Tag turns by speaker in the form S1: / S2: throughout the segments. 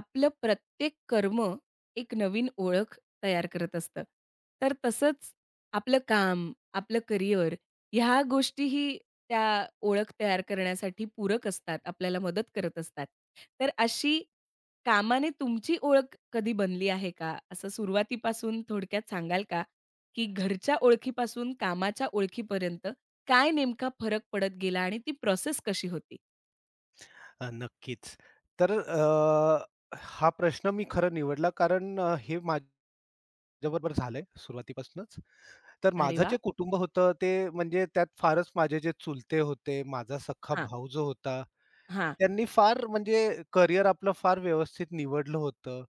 S1: आपलं प्रत्येक कर्म एक नवीन ओळख तयार करत असतं. तर तसंच आपलं काम, आपलं करिअर ह्या गोष्टीही त्या ओळख तयार करण्यासाठी पूरक असतात, आपल्याला मदत करत असतात. तर अशी कामाने तुमची ओळख कधी बनली आहे का? असं सुरुवातीपासून थोडक्यात सांगाल का? की घरच्या ओळखीपासून कामाच्या ओळखीपर्यंत काय नेमका फरक पडत गेला आणि ती प्रोसेस कशी होती?
S2: नक्कीच. तर अ, हा प्रश्न मी खरं निवडला कारण हे माझ्याबरोबर झालंय सुरुवातीपासूनच. तर
S1: अरे
S2: माझं जे
S1: वाह!
S2: कुटुंब होतं ते म्हणजे त्यात फारच माझे जे चुलते होते, माझा सख्खा
S1: हां,
S2: भाऊ जो होता,
S1: हां.
S2: त्यांनी फार म्हणजे करियर आपलं फार व्यवस्थित निवडलं होतं.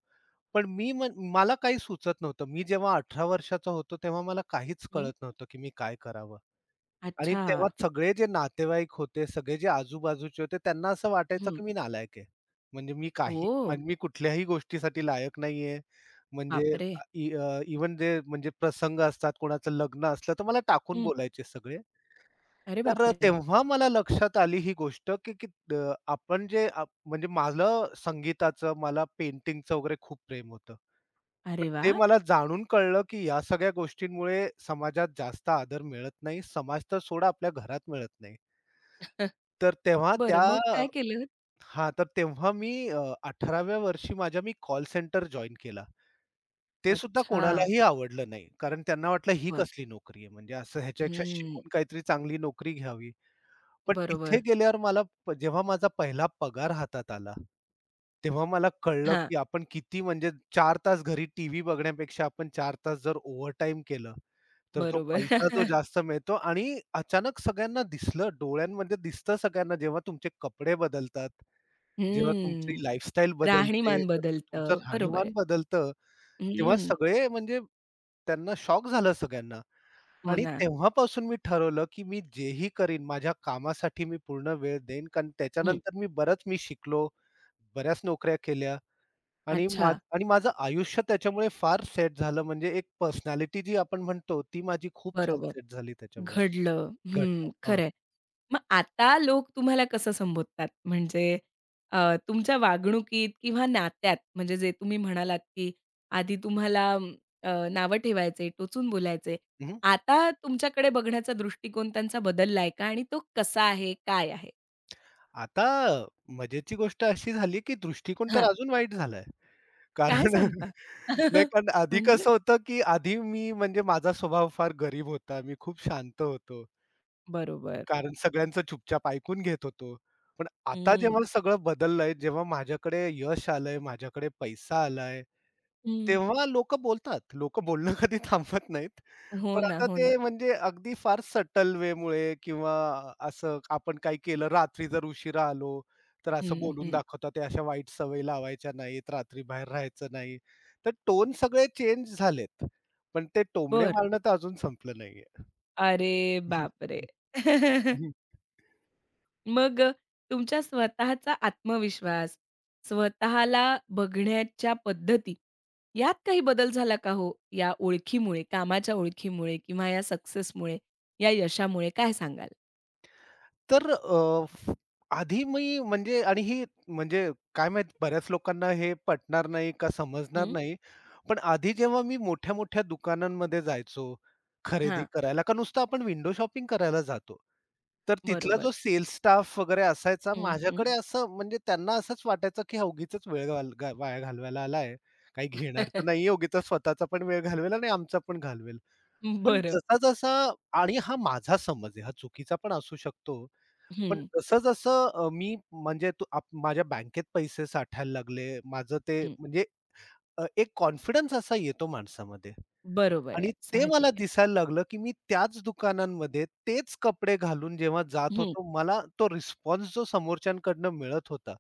S2: पण मी म्हण मला काही सुचत नव्हतं. मी जेव्हा 18 वर्षाचा होतो तेव्हा मला काहीच
S1: हं.
S2: कळत नव्हतं, की मी काय करावं? आणि
S1: अच्छा.
S2: तेव्हा सगळे जे नातेवाईक होते, सगळे जे आजूबाजूचे होते, त्यांना असं वाटायचं
S1: हं.
S2: की मी नालायक आहे. म्हणजे मी काही
S1: ओ,
S2: म्हणजे मी कुठल्याही गोष्टीसाठी लायक नाहीये. म्हणजे
S1: बापरे!
S2: अ, इ जे म्हणजे प्रसंग असतात, कोणाचं लग्न असलं, तर मला टाकून
S1: हं.
S2: बोलायचे सगळे.
S1: अरे बापरे!
S2: तेव्हा मला लक्षात आली ही गोष्ट, की की अ, आपण जे आप म्हणजे मला संगीताचं, मला पेंटिंगचं वगैरे खूप प्रेम होतं. पण
S1: अरे
S2: ते
S1: वाह!
S2: मला जाणून कळलं, की या सगळ्या गोष्टींमुळे समाजात जास्त आदर मिळत नाही. समाज तर सोडा आपल्या घरात मिळत नाही. तर तेव्हा त्या
S1: बरं, मग काय केलं?
S2: हां, तर तेव्हा मी अ, 18व्या वर्षी मी कॉल सेंटर जॉइन केला. ते सुद्धा
S1: अच्छा.
S2: कोणालाही आवडलं नाही. कारण त्यांना वाटलं ही
S1: बर,
S2: कसली नोकरी आहे, म्हणजे असं ह्याच्यापेक्षा
S1: हं.
S2: शिकून काहीतरी चांगली नोकरी घ्यावी. पण तिथे
S1: बरोबर.
S2: गेल्यावर मला प जेव्हा माझा पहिला पगार हातात आला, तेव्हा मला कळलं
S1: हां.
S2: की आपण किती म्हणजे 4 तास घरी टीव्ही बघण्यापेक्षा आपण 4 तास जर ओव्हरटाईम केलं तर तो
S1: बरोबर.
S2: पैसा जो जास्त मिळतो. आणि अचानक सगळ्यांना दिसलं, डोळ्यांमध्ये दिसतं सगळ्यांना, जेव्हा तुमचे कपडे बदलतात, जेव्हा तुमची
S1: हं.
S2: लाईफस्टाईल बदलते,
S1: राहणीमान
S2: तुमचं
S1: बदलतं. बरोबर आहे.
S2: राहणीमान बदलतं, तेव्हा
S1: हं.
S2: सगळे म्हणजे त्यांना शॉक झालं सगळ्यांना.
S1: हो
S2: आणि
S1: ना.
S2: तेव्हापासून मी ठरवलं, की मी जेही करीन माझ्या कामासाठी मी पूर्ण वेळ देईन. कारण
S1: हं.
S2: त्याच्यानंतर मी शिकलो, बऱ्याच नोकऱ्या केल्या. आणि
S1: अच्छा.
S2: माझं आयुष्य त्याच्यामुळे फार सेट झालं. म्हणजे एक पर्सनॅलिटी जी आपण म्हणतो, ती माझी खूप छान
S1: बरोबर.
S2: सेट झाली त्याच्यामुळे.
S1: घडलं. हं,
S2: घडलं. हां.
S1: खरंय. मग आता लोक तुम्हाला कसं संबोधतात? म्हणजे अ, तुमच्या वागणुकीत किंवा नात्यात म्हणजे जे तुम्ही म्हणालात, की आधी तुम्हाला नावं ठेवायचे, टोचून बोलायचे.
S2: हं,
S1: आता तुमच्याकडे बघण्याचा दृष्टिकोन त्यांचा बदललाय का? आणि तो कसा आहे? काय आहे?
S2: आता मजेची गोष्ट अशी झाली, की दृष्टिकोन तर
S1: हां,
S2: अजून वाईट झालाय. कारण
S1: काय सांगता?
S2: नाही, कारण आधी
S1: म्हणजे
S2: कसं होतं, की आधी मी म्हणजे माझा स्वभाव फार गरीब होता. मी खूप शांत होतो.
S1: बरोबर.
S2: कारण सगळ्यांचं चुपचाप ऐकून घेत होतो. पण आता
S1: हं,
S2: जेव्हा सगळं बदललंय, जेव्हा माझ्याकडे यश आलंय, माझ्याकडे पैसा आलाय,
S1: हं.
S2: तेव्हा लोकं बोलतात. लोकं बोलणं कधी थांबत नाहीत.
S1: हो
S2: पण
S1: ना,
S2: आता
S1: हो ना.
S2: ते म्हणजे अगदी फार सटल वेमुळे, किंवा असं आपण काही केलं, रात्री जर उशिरा आलो, तर असं
S1: हं,
S2: बोलून
S1: हं.
S2: दाखवतात. ते अशा वाईट सवयी लावायच्या नाहीत, रात्री बाहेर राहायचं नाही. तर टोन सगळे चेंज झालेत. पण ते टोमणे
S1: बरं.
S2: मारणं तर अजून संपलं नाहीये.
S1: अरे बापरे! मग तुमच्या स्वतःचा आत्मविश्वास, स्वतःला बघण्याच्या पद्धती, यात काही बदल झाला का हो? या ओळखीमुळे, कामाच्या ओळखीमुळे किंवा या सक्सेसमुळे, या यशामुळे काय सांगाल?
S2: तर अ, फ आधी मी म्हणजे आणि ही म्हणजे काय माहीत, बऱ्याच लोकांना हे पटणार नाही का समजणार
S1: हं.
S2: नाही. पण आधी जेव्हा मी मोठ्या-मोठ्या दुकानांमध्ये जायचो खरेदी
S1: हां,
S2: करायला, का नुसतं आपण विंडो शॉपिंग करायला जातो, तर तिथला
S1: बरोबर.
S2: जो सेल्स स्टाफ वगैरे असायचा,
S1: हं, हं.
S2: माझ्याकडे असं म्हणजे त्यांना असंच वाटायचं, की हा उगीचच वेळ घाल गा वाया घालवायला आलाय. काही घेणार तर नाहीये, उगीचच स्वतःचा पण वेळ घालवेल आणि आमचा पण घालवेल. पण
S1: बरं.
S2: जसा-जसा, आणि हा माझा समज आहे, हा चुकीचा पण असू शकतो, पण
S1: हं,
S2: जसं-जसं अ, मी म्हणजे तू आप माझ्या बँकेत पैसे साठायला लागले. माझं ते
S1: हं.
S2: म्हणजे अ, एक कॉन्फिडन्स असा येतो माणसामध्ये,
S1: बरोबर आहे.
S2: आणि ते
S1: साहजिक
S2: मला
S1: आहे.
S2: दिसायला लागलं, की मी त्याच दुकानांमध्ये तेच कपडे घालून जेव्हा जात
S1: हं,
S2: होतो, मला तो रिस्पॉन्स जो समोरच्यांकडनं मिळत होता,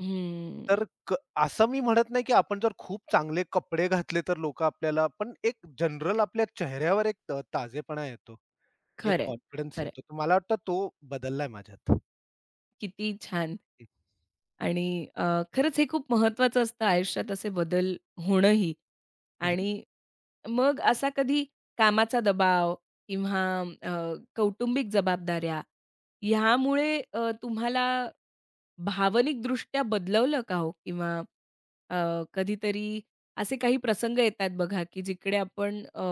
S1: हं.
S2: तर क असं मी म्हणत नाही, की आपण जर खूप चांगले कपडे घातले तर लोकं आपल्याला, पण एक जनरल आपल्या चेहऱ्यावर एक ताजेपणा येतो. एक
S1: खरं आहे,
S2: कॉन्फिडन्स येतो. तर मला वाटतं तो बदललाय माझ्यात.
S1: किती छान आणि खरंच हे खूप महत्वाचं असतं आयुष्यात असे बदल होणंही. आणि मग असा कधी कामाचा दबाव किंवा अ, कौटुंबिक जबाबदाऱ्या ह्यामुळे तुम्हाला भावनिकदृष्ट्या बदलवलं का हो? किंवा कधीतरी असे काही प्रसंग येतात बघा, की जिकडे आपण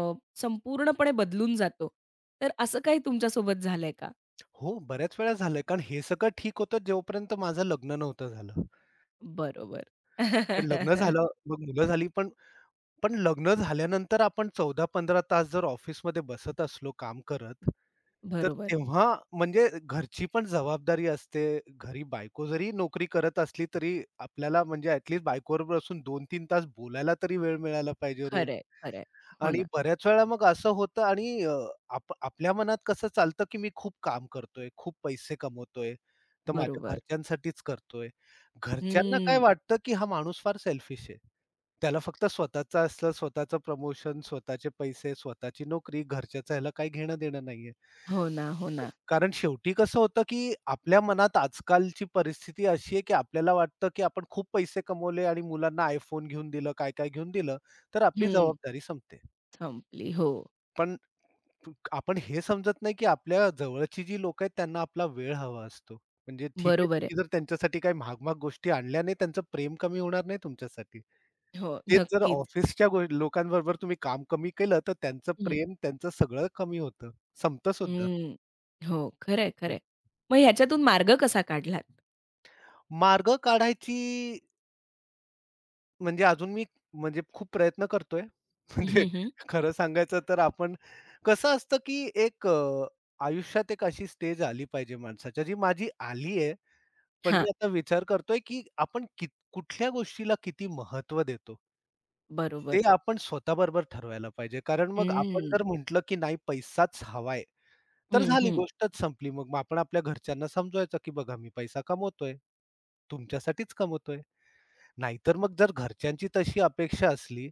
S1: संपूर्णपणे बदलून जातो. तर असं काही तुमच्यासोबत झालंय का?
S2: हो, बऱ्याच वेळा झालंय. कारण हे सगळं ठीक होतं जोपर्यंत माझं लग्न नव्हतं झालं.
S1: बरोबर.
S2: पण लग्न झालं, मग मुलं झाली. पण पण लग्न झाल्यानंतर आपण 14-15 तास जर ऑफिसमध्ये बसत असलो काम करत, तर
S1: बरोबर.
S2: तेव्हा म्हणजे घरची पण जबाबदारी असते. घरी बायको जरी नोकरी करत असली तरी आपल्याला म्हणजे ॲट लीस्ट बसून 2-3 तास बोलायला तरी वेळ मिळायला पाहिजे रोज.
S1: खरंय, खरंय. हो
S2: आणि
S1: ना.
S2: बऱ्याच वेळा मग असं होतं. आणि अ, आप आपल्या मनात कसं चालतं, की मी खूप काम करतोय, खूप पैसे कमवतोय, तर माझ्या
S1: बरोबर.
S2: घरच्यांसाठीच करतोय. घरच्यांना काय
S1: हम्म.
S2: वाटतं, की हा माणूस फार सेल्फिश आहे. त्याला फक्त स्वतःचं असलं, स्वतःचं प्रमोशन, स्वतःचे पैसे, स्वतःची नोकरी, घरच्याचं ह्याला काही घेणं-देणं नाहीये.
S1: हो ना, हो ना.
S2: कारण शेवटी कसं होतं, की आपल्या मनात आजकालची परिस्थिती अशी आहे, की आपल्याला वाटतं, की आपण खूप पैसे कमवले आणि मुलांना iPhone घेऊन दिलं, काय-काय घेऊन दिलं, तर आपली
S1: हं.
S2: जबाबदारी संपते.
S1: संपली. हो.
S2: पण आपण हे समजत नाही, की आपल्या जवळची जी लोक आहेत त्यांना आपला वेळ हवा असतो. म्हणजे ठीक आहे,
S1: बरोबर आहे.
S2: तुम्ही जर त्यांच्यासाठी काही महाग-महाग गोष्टी आणल्या नाही, त्यांचं प्रेम कमी होणार नाही तुमच्यासाठी.
S1: हो,
S2: तेच जर
S1: नक्कीच.
S2: ऑफिसच्या लोकांबरोबर तुम्ही काम कमी केलं, तर त्यांचं
S1: हं.
S2: प्रेम, त्यांचं सगळं कमी होतं, संपतं सुद्धा.
S1: हं. हो, खरं
S2: हं.
S1: आहे, मग ह्याच्यातून मार्ग कसा काढलात?
S2: मार्ग काढायची म्हणजे अजून मी म्हणजे खूप प्रयत्न करतोय. म्हणजे
S1: हं, हं.
S2: खरं सांगायचं तर आपण कसं असतं, की एक अ, आयुष्यात एक अशी स्टेज आली पाहिजे माणसाच्या, जी माझी आली आहे. पण
S1: हां,
S2: मी आता विचार करतोय, की आपण कित कुठल्या गोष्टीला किती महत्व देतो, ते
S1: बरोबर.
S2: आपण स्वतःबरोबर ठरवायला पाहिजे. कारण मग आपण जर
S1: हं.
S2: म्हटलं, की नाही पैसाच हवाय, तर
S1: हं,
S2: झाली
S1: हं.
S2: गोष्टच संपली. मग मग आपण आपल्या घरच्यांना समजवायचं, की बघा मी पैसा कमवतोय. तुमच्यासाठीच कमवतोय. नाहीतर मग जर घरच्यांची तशी अपेक्षा असली,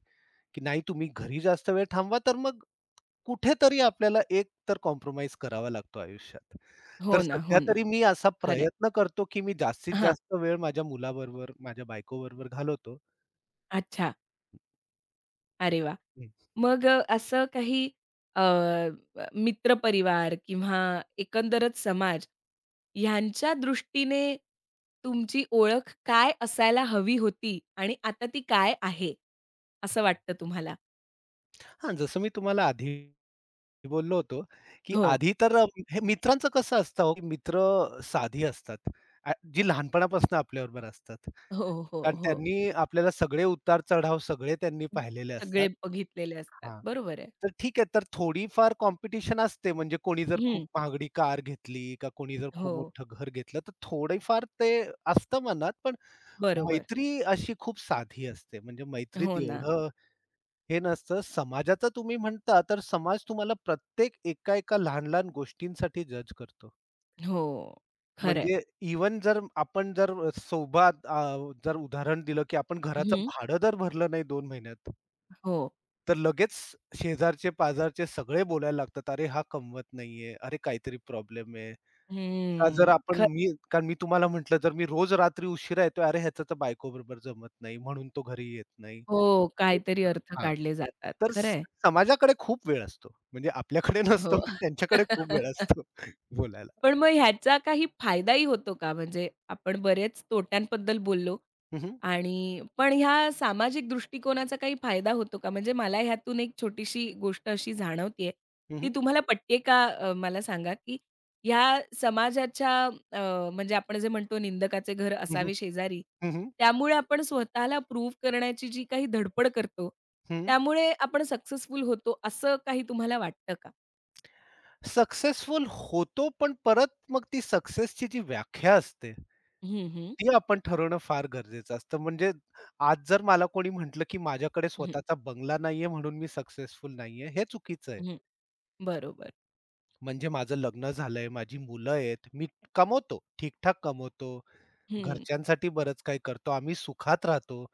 S2: की नाही तुम्ही घरी जास्त वेळ थांबवा, तर मग कुठेतरी आपल्याला एक तर कॉम्प्रोमाईज करावा लागतो आयुष्यात.
S1: हो
S2: तर
S1: ना, हो
S2: सध्या
S1: ना.
S2: तरी मी असा
S1: खरं आहे.
S2: प्रयत्न करतो, की मी जास्तीत
S1: हां,
S2: जास्त वेळ माझ्या मुलाबरोबर, माझ्या बायकोबरोबर घालवतो.
S1: अच्छा. अरे वाह!
S2: हं.
S1: मग असं काही अ, अ, मित्रपरिवार किंवा एकंदरच समाज ह्यांच्या दृष्टीने तुमची ओळख काय असायला हवी होती आणि आता ती काय आहे, असं वाटतं तुम्हाला?
S2: हां, जसं मी तुम्हाला आधी बोललो होतो, की
S1: हो.
S2: आधी तर अ, हे मित्रांचं कसं असतं हो, की मित्र साधी असतात, जी लहानपणापासून आपल्याबरोबर असतात.
S1: हो, हो,
S2: कारण
S1: हो.
S2: त्यांनी आपल्याला सगळे उतार-चढाव सगळे त्यांनी पाहिलेले
S1: सगळे
S2: असतात.
S1: बघितलेले असतात.
S2: हां.
S1: बरोबर आहे.
S2: तर ठीक आहे. तर थोडीफार कॉम्पिटिशन असते, म्हणजे कोणी जर खूप
S1: हं.
S2: महागडी कार घेतली का कोणी जर खूप
S1: हो,
S2: मोठं घर घेतलं, तर थोडीफार ते असतं मनात. पण
S1: बरोबर.
S2: मैत्री अशी खूप साधी असते. म्हणजे मैत्रीत
S1: हो ना.
S2: एवढं हे नसतं. समाजाचं तुम्ही म्हणता, तर समाज तुम्हाला प्रत्येक एका-एका लहान-लहान गोष्टींसाठी जज करतो.
S1: हो, खरं आहे.
S2: म्हणजे इव्हन जर आपण सोबत अ, जर उदाहरण दिलं, की आपण घराचं भाडं जर भरलं नाही 2 महिन्यात,
S1: हो.
S2: तर लगेच शेजारचे-पाजारचे सगळे बोलायला लागतात, "अरे हा कमवत नाहीये, अरे काहीतरी प्रॉब्लेम आहे." का जर
S1: हं.
S2: आपण
S1: खरं.
S2: मी कारण मी तुम्हाला म्हटलं जर मी रोज रात्री उशिरा येतोय, "अरे ह्याचं तर बायकोबरोबर जमत नाही, म्हणून तो घरी येत नाही."
S1: हो,
S2: तर
S1: काहीतरी अर्थ
S2: हां.
S1: काढले जातात.
S2: तर
S1: खरं
S2: स
S1: आहे.
S2: समाजाकडे खूप वेळ असतो. म्हणजे आपल्याकडे नसतो,
S1: हो.
S2: पण त्यांच्याकडे खूप वेळ असतो बोलायला.
S1: पण मग ह्याचा काही फायदाही होतो का? म्हणजे आपण बरेच तोट्यांबद्दल बोललो
S2: हं, हं.
S1: आणि पण ह्या सामाजिक दृष्टिकोनाचा काही फायदा होतो का? म्हणजे मला ह्यातून एक छोटीशी गोष्ट अशी जाणवतीये,
S2: हं,
S1: ती
S2: हं.
S1: तुम्हाला पटते का? मला सांगा, की ह्या समाजाच्या म्हणजे आपण जे म्हणतो निंदकाचे घर
S2: हं,
S1: असावे शेजारी, त्यामुळे आपण स्वतःला प्रूव्ह करण्याची जी काही धडपड करतो, त्यामुळे आपण सक्सेसफुल होतो असं काही तुम्हाला वाटतं का?
S2: सक्सेसफुल होतो, पण परत मग ती सक्सेसची जी व्याख्या असते
S1: हं, हं.
S2: ती आपण ठरवणं फार गरजेचं असतं. म्हणजे आज जर मला कोणी म्हटलं, की माझ्याकडे
S1: हं,
S2: स्वतःचा बंगला नाहीये म्हणून मी सक्सेसफुल नाहीये, हे चुकीचं आहे.
S1: हं. बरोबर.
S2: म्हणजे माझं लग्न झालंय, माझी मुलं आहेत, मी कमवतो, ठीक-ठाक कमवतो,
S1: हं.
S2: घरच्यांसाठी बरंच काही करतो, आम्ही सुखात राहतो.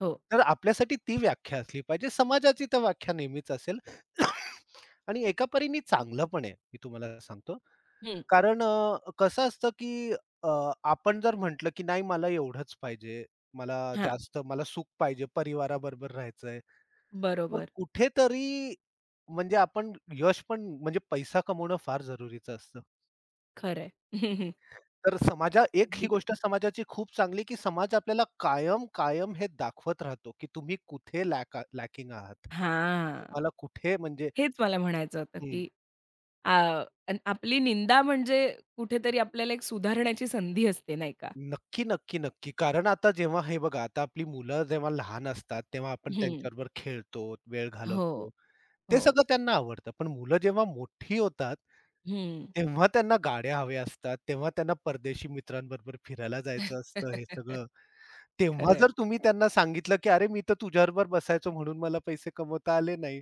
S1: हो.
S2: तर आपल्यासाठी ती व्याख्या असली पाहिजे. समाजाची तर व्याख्या नेहमीच असेल. आणि एका परीने चांगलं पण आहे, मी तुम्हाला सांगतो.
S1: हं.
S2: कसं असतं की अ, आपण जर म्हटलं की नाही मला एवढंच पाहिजे, मला
S1: हां,
S2: जास्त मला सुख पाहिजे, परिवाराबरोबर राहायचंय. तर
S1: बरोबर.
S2: कुठेतरी म्हणजे आपण यश पण म्हणजे पैसा कमवणं फार जरुरीचं असतं.
S1: खरं आहे.
S2: तर समाजा एक ही
S1: अगदी
S2: गोष्ट
S1: खरं.
S2: समाजाची खूप चांगली, की समाज आपल्याला कायम, कायम हे दाखवत राहतो की तुम्ही कुठे लॅकिंग आहात.
S1: हां,
S2: तुम्हाला कुठे म्हणजे
S1: हेच मला म्हणायचं होतं, की अ, अन आपली निंदा म्हणजे कुठेतरी आपल्याला एक सुधारण्याची संधी असते, नाही का?
S2: नक्की, नक्की, नक्की. कारण आता जेव्हा हे बघा, आता आपली मुलं जेव्हा लहान असतात, तेव्हा आपण
S1: हं.
S2: त्यांच्याबरोबर खेळतो, वेळ घालवतो.
S1: हो,
S2: ते
S1: हो.
S2: सगळं त्यांना आवडतं. पण मुलं जेव्हा मोठी होतात,
S1: हं.
S2: तेव्हा त्यांना गाड्या हव्या असतात, तेव्हा त्यांना परदेशी मित्रांबरोबर फिरायला जायचं असतं, हे सगळं. तेव्हा
S1: खरं आहे.
S2: जर तुम्ही त्यांना सांगितलं, की "अरे, मी तर तुझ्याबरोबर बसायचो म्हणून मला पैसे कमवता आले नाही."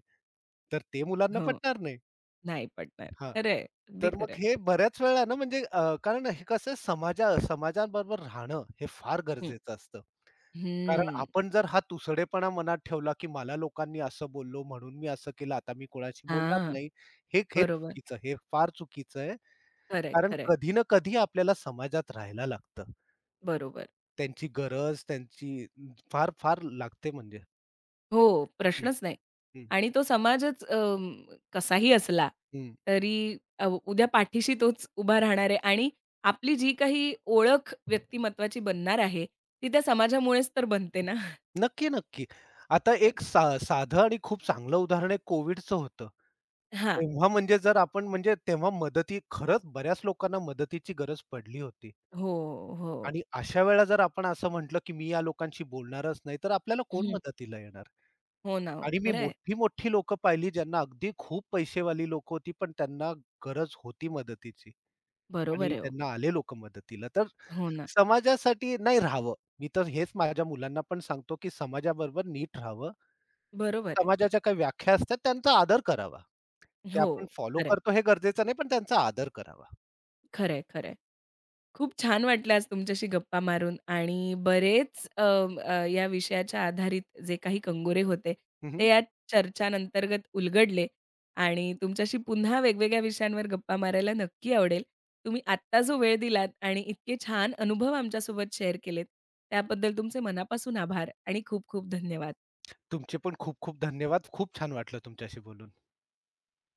S2: तर ते मुलांना
S1: हो,
S2: पटणार नाही.
S1: नाही पटणार.
S2: हां.
S1: खरं अगदी
S2: तर
S1: खरं
S2: मग
S1: आहे.
S2: हे बऱ्याच वेळा ना कारण हे कसं आहे, समाजाबरोबर राहणं हे फार
S1: हं.
S2: गरजेचं असतं. कारण
S1: हं.
S2: आपण जर हा तुसडेपणा मनात ठेवला, की मला लोकांनी असं बोललो म्हणून मी असं केलं, आता मी कोणाशी बोलणार नाही. हे हे
S1: बरोबर.
S2: चुकीचं हे फार चुकीचं आहे.
S1: खरं
S2: कारण
S1: आहे,
S2: कधी ना कधी आपल्याला समाजात राहायला लागतं.
S1: बरोबर.
S2: त्यांची फार, फार लागते म्हणजे.
S1: हो,
S2: हं,
S1: प्रश्नच नाही.
S2: हं,
S1: आणि तो समाजच अं, कसाही असला
S2: हं.
S1: तरी उद्या पाठीशी तोच उभा राहणार आहे आणि आपली जी काही ओळख व्यक्तिमत्त्वाची बनणार आहे, ती त्या समाजामुळेच तर बनते ना.
S2: नक्की, नक्की. आता एक साधं आणि खूप चांगलं उदाहरण आहे कोविडचं होतं.
S1: हां.
S2: तेव्हा म्हणजे जर आपण म्हणजे तेव्हा खरंच बऱ्याच लोकांना मदतीची गरज पडली होती,
S1: हो, हो.
S2: आणि अशा वेळेला जर आपण असं म्हटलं, की मी या लोकांशी बोलणारच नाही, तर आपल्याला कोण
S1: हं.
S2: मदतीला येणार?
S1: हो ना, हो.
S2: आणि मी
S1: खरं आहे.
S2: मोठी-मोठी लोकं पाहिली ज्यांना, अगदी खूप पैसेवाली लोकं होती, पण त्यांना गरज होती मदतीची,
S1: बरोबर
S2: आणि
S1: आहे हो.
S2: त्यांना आले लोकं मदतीला. तर
S1: हो ना.
S2: समाजासाठी नाही राहावं. मी तर हेच माझ्या मुलांना पण सांगतो, की समाजाबरोबर नीट राहावं,
S1: बरोबर आहे.
S2: समाजाच्या काही व्याख्या असतात त्यांचा आदर करावा. ते
S1: हो,
S2: आपण फॉलो
S1: खरं आहे.
S2: करतो हे गरजेचं नाही, पण त्यांचा आदर करावा.
S1: खरं खूप छान वाटलं आज तुमच्याशी गप्पा मारून आणि बरेच अ, अ, या विषयाच्या आधारित जे काही कंगोरे होते,
S2: हं,
S1: ते या चर्चांअंतर्गत उलगडले आणि तुमच्याशी पुन्हा वेगवेगळ्या विषयांवर गप्पा मारायला नक्की आवडेल. तुम्ही आत्ता जो वेळ दिलात आणि इतके छान अनुभव आमच्यासोबत शेअर केलेत, त्याबद्दल तुमचे मनापासून आभार आणि खूप खूप धन्यवाद.
S2: तुमचे पण खूप खूप धन्यवाद. खूप छान वाटलं तुमच्याशी बोलून.